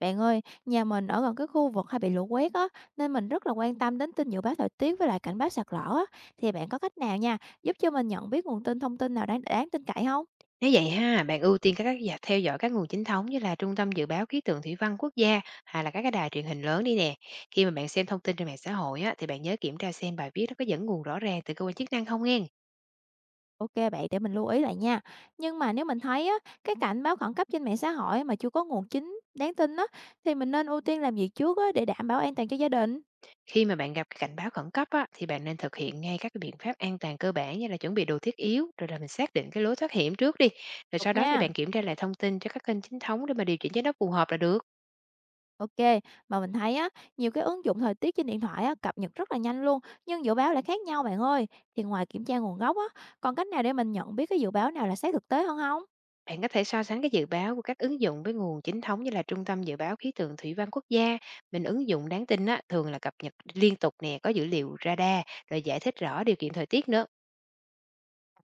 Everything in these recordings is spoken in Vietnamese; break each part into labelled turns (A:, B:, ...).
A: Bạn ơi, nhà mình ở gần cái khu vực hay bị lũ quét á, nên mình rất là quan tâm đến tin dự báo thời tiết với lại cảnh báo sạt lở á. Thì bạn có cách nào nha, giúp cho mình nhận biết nguồn tin thông tin nào đáng đáng tin cậy không?
B: Nếu vậy ha, bạn ưu tiên các dạp theo dõi các nguồn chính thống như là Trung tâm Dự báo Khí tượng Thủy văn Quốc gia hay là các cái đài truyền hình lớn đi nè. Khi mà bạn xem thông tin trên mạng xã hội á, thì bạn nhớ kiểm tra xem bài viết nó có dẫn nguồn rõ ràng từ cơ quan chức năng không nghe.
A: Ok bạn, để mình lưu ý lại nha. Nhưng mà nếu mình thấy á, cái cảnh báo khẩn cấp trên mạng xã hội mà chưa có nguồn chính đáng tin á, thì mình nên ưu tiên làm gì trước á để đảm bảo an toàn cho gia đình.
B: Khi mà bạn gặp cái cảnh báo khẩn cấp á, thì bạn nên thực hiện ngay các cái biện pháp an toàn cơ bản như là chuẩn bị đồ thiết yếu rồi là mình xác định cái lối thoát hiểm trước đi. Rồi
A: Được
B: sau đó thì
A: nha.
B: bạn kiểm tra lại thông tin cho các kênh chính thống để mà điều chỉnh cho nó phù hợp là được.
A: OK, mà mình thấy á, nhiều cái ứng dụng thời tiết trên điện thoại á, cập nhật rất là nhanh luôn, nhưng dự báo lại khác nhau bạn ơi. Thì ngoài kiểm tra nguồn gốc á, còn cách nào để mình nhận biết cái dự báo nào là sát thực tế hơn không?
B: Bạn có thể so sánh cái dự báo của các ứng dụng với nguồn chính thống như là Trung tâm Dự báo Khí tượng Thủy văn Quốc gia. Mình ứng dụng đáng tin á, thường là cập nhật liên tục nè, có dữ liệu radar, rồi giải thích rõ điều kiện thời tiết nữa.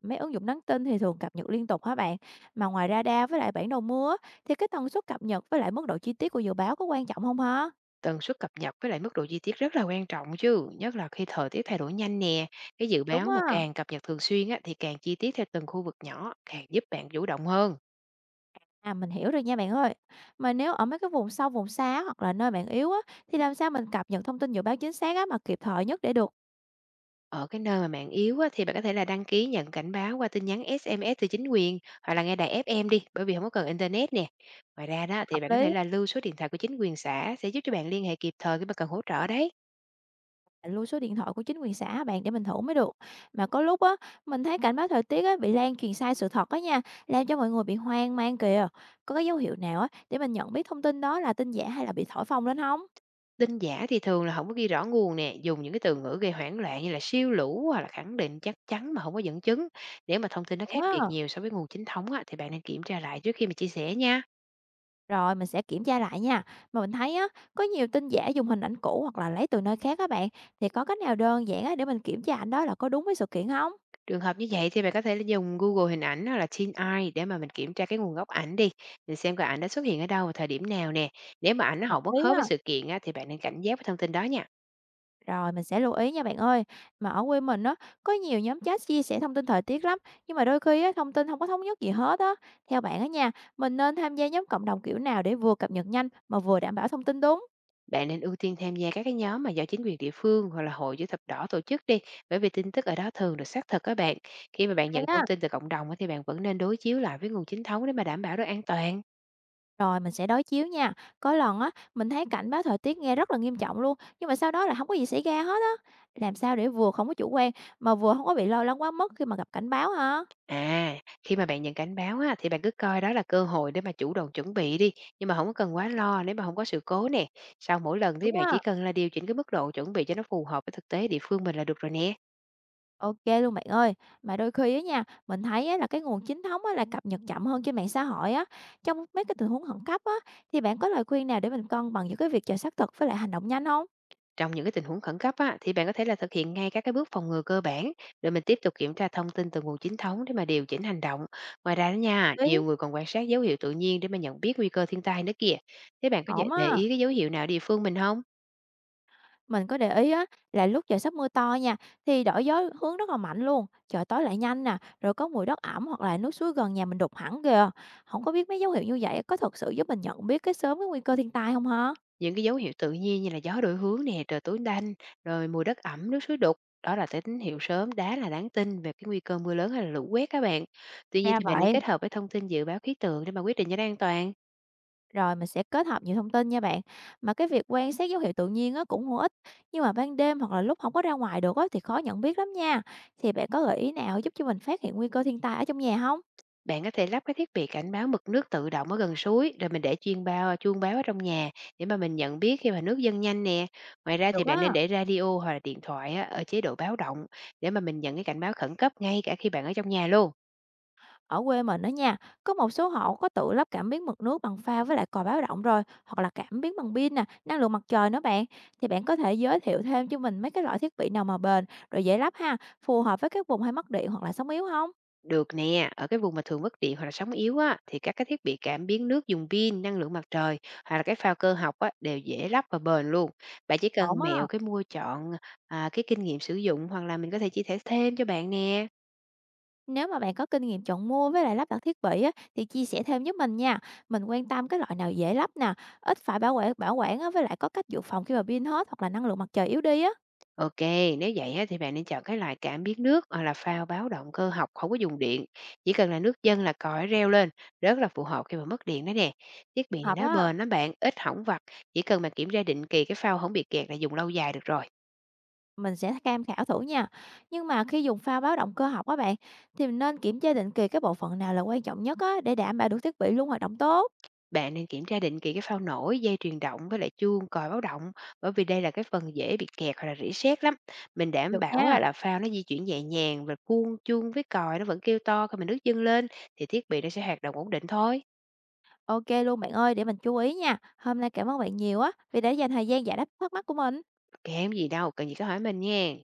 A: Mấy ứng dụng nhắn tin thì thường cập nhật liên tục hả bạn? Mà ngoài radar với lại bản đồ mưa á, thì cái tần suất cập nhật với lại mức độ chi tiết của dự báo có quan trọng không hả?
B: Tần suất cập nhật với lại mức độ chi tiết rất là quan trọng chứ, nhất là khi thời tiết thay đổi nhanh nè. Cái dự
A: Đúng
B: báo mà
A: á.
B: càng cập nhật thường xuyên á, thì càng chi tiết theo từng khu vực nhỏ, càng giúp bạn chủ động hơn.
A: À mình hiểu rồi nha bạn ơi. Mà nếu ở mấy cái vùng sâu vùng xa hoặc là nơi bạn yếu á thì làm sao mình cập nhật thông tin dự báo chính xác á mà kịp thời nhất để được
B: Ở cái nơi mà mạng yếu á, thì bạn có thể là đăng ký nhận cảnh báo qua tin nhắn SMS từ chính quyền hoặc là nghe đài FM đi, bởi vì không có cần internet nè. Ngoài ra đó thì
A: hợp
B: bạn có
A: lý?
B: thể là lưu số điện thoại của chính quyền xã, sẽ giúp cho bạn liên hệ kịp thời khi mà cần hỗ trợ đấy.
A: Mình lưu số điện thoại của chính quyền xã bạn để mình thủ mới được. Mà có lúc á, mình thấy cảnh báo thời tiết á, bị lan truyền sai sự thật á nha, làm cho mọi người bị hoang mang kìa. Có cái dấu hiệu nào á, để mình nhận biết thông tin đó là tin giả hay là bị thổi phồng lên không?
B: Tin giả thì thường là không có ghi rõ nguồn nè, dùng những cái từ ngữ gây hoảng loạn như là siêu lũ hoặc là khẳng định chắc chắn mà không có dẫn chứng. Nếu mà thông tin nó
A: Đúng
B: khác
A: á.
B: biệt nhiều so với nguồn chính thống á, thì bạn nên kiểm tra lại trước khi mà chia sẻ nha.
A: Rồi mình sẽ kiểm tra lại nha. Mà mình thấy á, có nhiều tin giả dùng hình ảnh cũ hoặc là lấy từ nơi khác các bạn. Thì có cách nào đơn giản á, để mình kiểm tra ảnh đó là có đúng với sự kiện không?
B: Trường hợp như vậy thì bạn có thể là dùng Google hình ảnh hoặc là TinEye để mà mình kiểm tra cái nguồn gốc ảnh đi. Mình xem cái ảnh đã xuất hiện ở đâu và thời điểm nào nè. Nếu mà ảnh nó
A: Hợp
B: không có
A: lý
B: khớp với
A: á.
B: sự kiện á, thì bạn nên cảnh giác với thông tin đó nha.
A: Rồi, mình sẽ lưu ý nha bạn ơi. Mà ở quê mình á, có nhiều nhóm chat chia sẻ thông tin thời tiết lắm, nhưng mà đôi khi á, thông tin không có thống nhất gì hết á. Theo bạn á nha, mình nên tham gia nhóm cộng đồng kiểu nào để vừa cập nhật nhanh mà vừa đảm bảo thông tin đúng?
B: Bạn nên ưu tiên tham gia các cái nhóm mà do chính quyền địa phương hoặc là hội chữ thập đỏ tổ chức đi, bởi vì tin tức ở đó thường được xác thực các bạn. Khi mà bạn
A: Hay
B: nhận
A: á.
B: thông tin từ cộng đồng á, thì bạn vẫn nên đối chiếu lại với nguồn chính thống để mà đảm bảo được an toàn.
A: Rồi mình sẽ đối chiếu nha. Có lần á, mình thấy cảnh báo thời tiết nghe rất là nghiêm trọng luôn, nhưng mà sau đó là không có gì xảy ra hết á. Làm sao để vừa không có chủ quan mà vừa không có bị lo lắng quá mức khi mà gặp cảnh báo hả?
B: À, khi mà bạn nhận cảnh báo á, thì bạn cứ coi đó là cơ hội để mà chủ động chuẩn bị đi, nhưng mà không có cần quá lo nếu mà không có sự cố nè. Sau mỗi lần thì
A: Đúng
B: bạn
A: á.
B: chỉ cần là điều chỉnh cái mức độ chuẩn bị cho nó phù hợp với thực tế địa phương mình là được rồi nè.
A: OK luôn bạn ơi. Mà đôi khi á nha, mình thấy á là cái nguồn chính thống á là cập nhật chậm hơn trên mạng xã hội á. Trong mấy cái tình huống khẩn cấp á, thì bạn có lời khuyên nào để mình cân bằng giữa cái việc chờ xác thực với lại hành động nhanh không?
B: Trong những cái tình huống khẩn cấp á, thì bạn có thể là thực hiện ngay các cái bước phòng ngừa cơ bản, rồi mình tiếp tục kiểm tra thông tin từ nguồn chính thống để mà điều chỉnh hành động. Ngoài ra đó nha,
A: Đấy.
B: nhiều người còn quan sát dấu hiệu tự nhiên để mà nhận biết nguy cơ thiên tai nữa kìa. Thế bạn có
A: Ổn á.
B: để ý cái dấu hiệu nào ở địa phương mình không?
A: Mình có để ý á là lúc trời sắp mưa to nha, thì đổi gió hướng rất là mạnh luôn, trời tối lại nhanh nè, rồi có mùi đất ẩm hoặc là nước suối gần nhà mình đục hẳn kìa. Không có biết mấy dấu hiệu như vậy có thật sự giúp mình nhận biết cái sớm cái nguy cơ thiên tai không hả?
B: Những cái dấu hiệu tự nhiên như là gió đổi hướng nè, trời tối đanh, rồi mùi đất ẩm, nước suối đục, đó là cái tín hiệu sớm đá, là đáng tin về cái nguy cơ mưa lớn hay là lũ quét các bạn. Tuy nhiên
A: Ra
B: thì bạn nên
A: vậy.
B: kết hợp với thông tin dự báo khí tượng để mà quyết định cho nó an toàn.
A: Rồi mình sẽ kết hợp nhiều thông tin nha bạn. Mà cái việc quan sát dấu hiệu tự nhiên á cũng hữu ích, nhưng mà ban đêm hoặc là lúc không có ra ngoài được á thì khó nhận biết lắm nha. Thì bạn có gợi ý nào giúp cho mình phát hiện nguy cơ thiên tai ở trong nhà không?
B: Bạn có thể lắp cái thiết bị cảnh báo mực nước tự động ở gần suối, rồi mình để chuyên bao chuông báo ở trong nhà để mà mình nhận biết khi mà nước dâng nhanh nè. Ngoài ra
A: Được
B: thì bạn
A: á,
B: nên để radio hoặc là điện thoại á, ở chế độ báo động để mà mình nhận cái cảnh báo khẩn cấp ngay cả khi bạn ở trong nhà luôn.
A: ở quê mình đó nha, có một số hộ có tự lắp cảm biến mực nước bằng pha với lại còi báo động rồi, hoặc là cảm biến bằng pin nè, năng lượng mặt trời nữa bạn. Thì bạn có thể giới thiệu thêm cho mình mấy cái loại thiết bị nào mà bền, rồi dễ lắp ha, phù hợp với các vùng hay mất điện hoặc là sóng yếu không?
B: Được nè, ở cái vùng mà thường mất điện hoặc là sóng yếu á, thì các cái thiết bị cảm biến nước dùng pin, năng lượng mặt trời hoặc là cái phao cơ học á, đều dễ lắp và bền luôn. Bạn chỉ
A: Ổn
B: cần
A: á.
B: mẹo cái mua chọn à, cái kinh nghiệm sử dụng hoặc là mình có thể chia sẻ thêm cho bạn nè.
A: Nếu mà bạn có kinh nghiệm chọn mua với lại lắp đặt thiết bị á, thì chia sẻ thêm giúp mình nha. Mình quan tâm cái loại nào dễ lắp nè, ít phải bảo quản á, với lại có cách dự phòng khi mà pin hết hoặc là năng lượng mặt trời yếu đi á.
B: Ok, nếu vậy á, thì bạn nên chọn cái loại cảm biến nước hoặc là phao báo động cơ học không có dùng điện. Chỉ cần là nước dâng là còi reo lên, rất là phù hợp khi mà mất điện đó nè. Thiết bị này
A: Hợp
B: nó
A: á,
B: bền lắm bạn, ít hỏng vặt. Chỉ cần mà kiểm tra định kỳ cái phao không bị kẹt là dùng lâu dài được rồi.
A: mình sẽ tham khảo thử nha. Nhưng mà khi dùng phao báo động cơ học á bạn, thì mình nên kiểm tra định kỳ cái bộ phận nào là quan trọng nhất á, để đảm bảo được thiết bị luôn hoạt động tốt.
B: Bạn nên kiểm tra định kỳ cái phao nổi, dây truyền động với lại chuông còi báo động, bởi vì đây là cái phần dễ bị kẹt hoặc là rỉ sét lắm. Mình đảm
A: Được
B: bảo
A: nha.
B: á, là phao nó di chuyển nhẹ nhàng và cuông chuông với còi nó vẫn kêu to khi mình nước dâng lên thì thiết bị nó sẽ hoạt động ổn định thôi.
A: Ok luôn bạn ơi, để mình chú ý nha. Hôm nay cảm ơn bạn nhiều á, vì đã dành thời gian giải đáp thắc mắc của mình.
B: Kém gì đâu, cần gì cứ hỏi mình nha.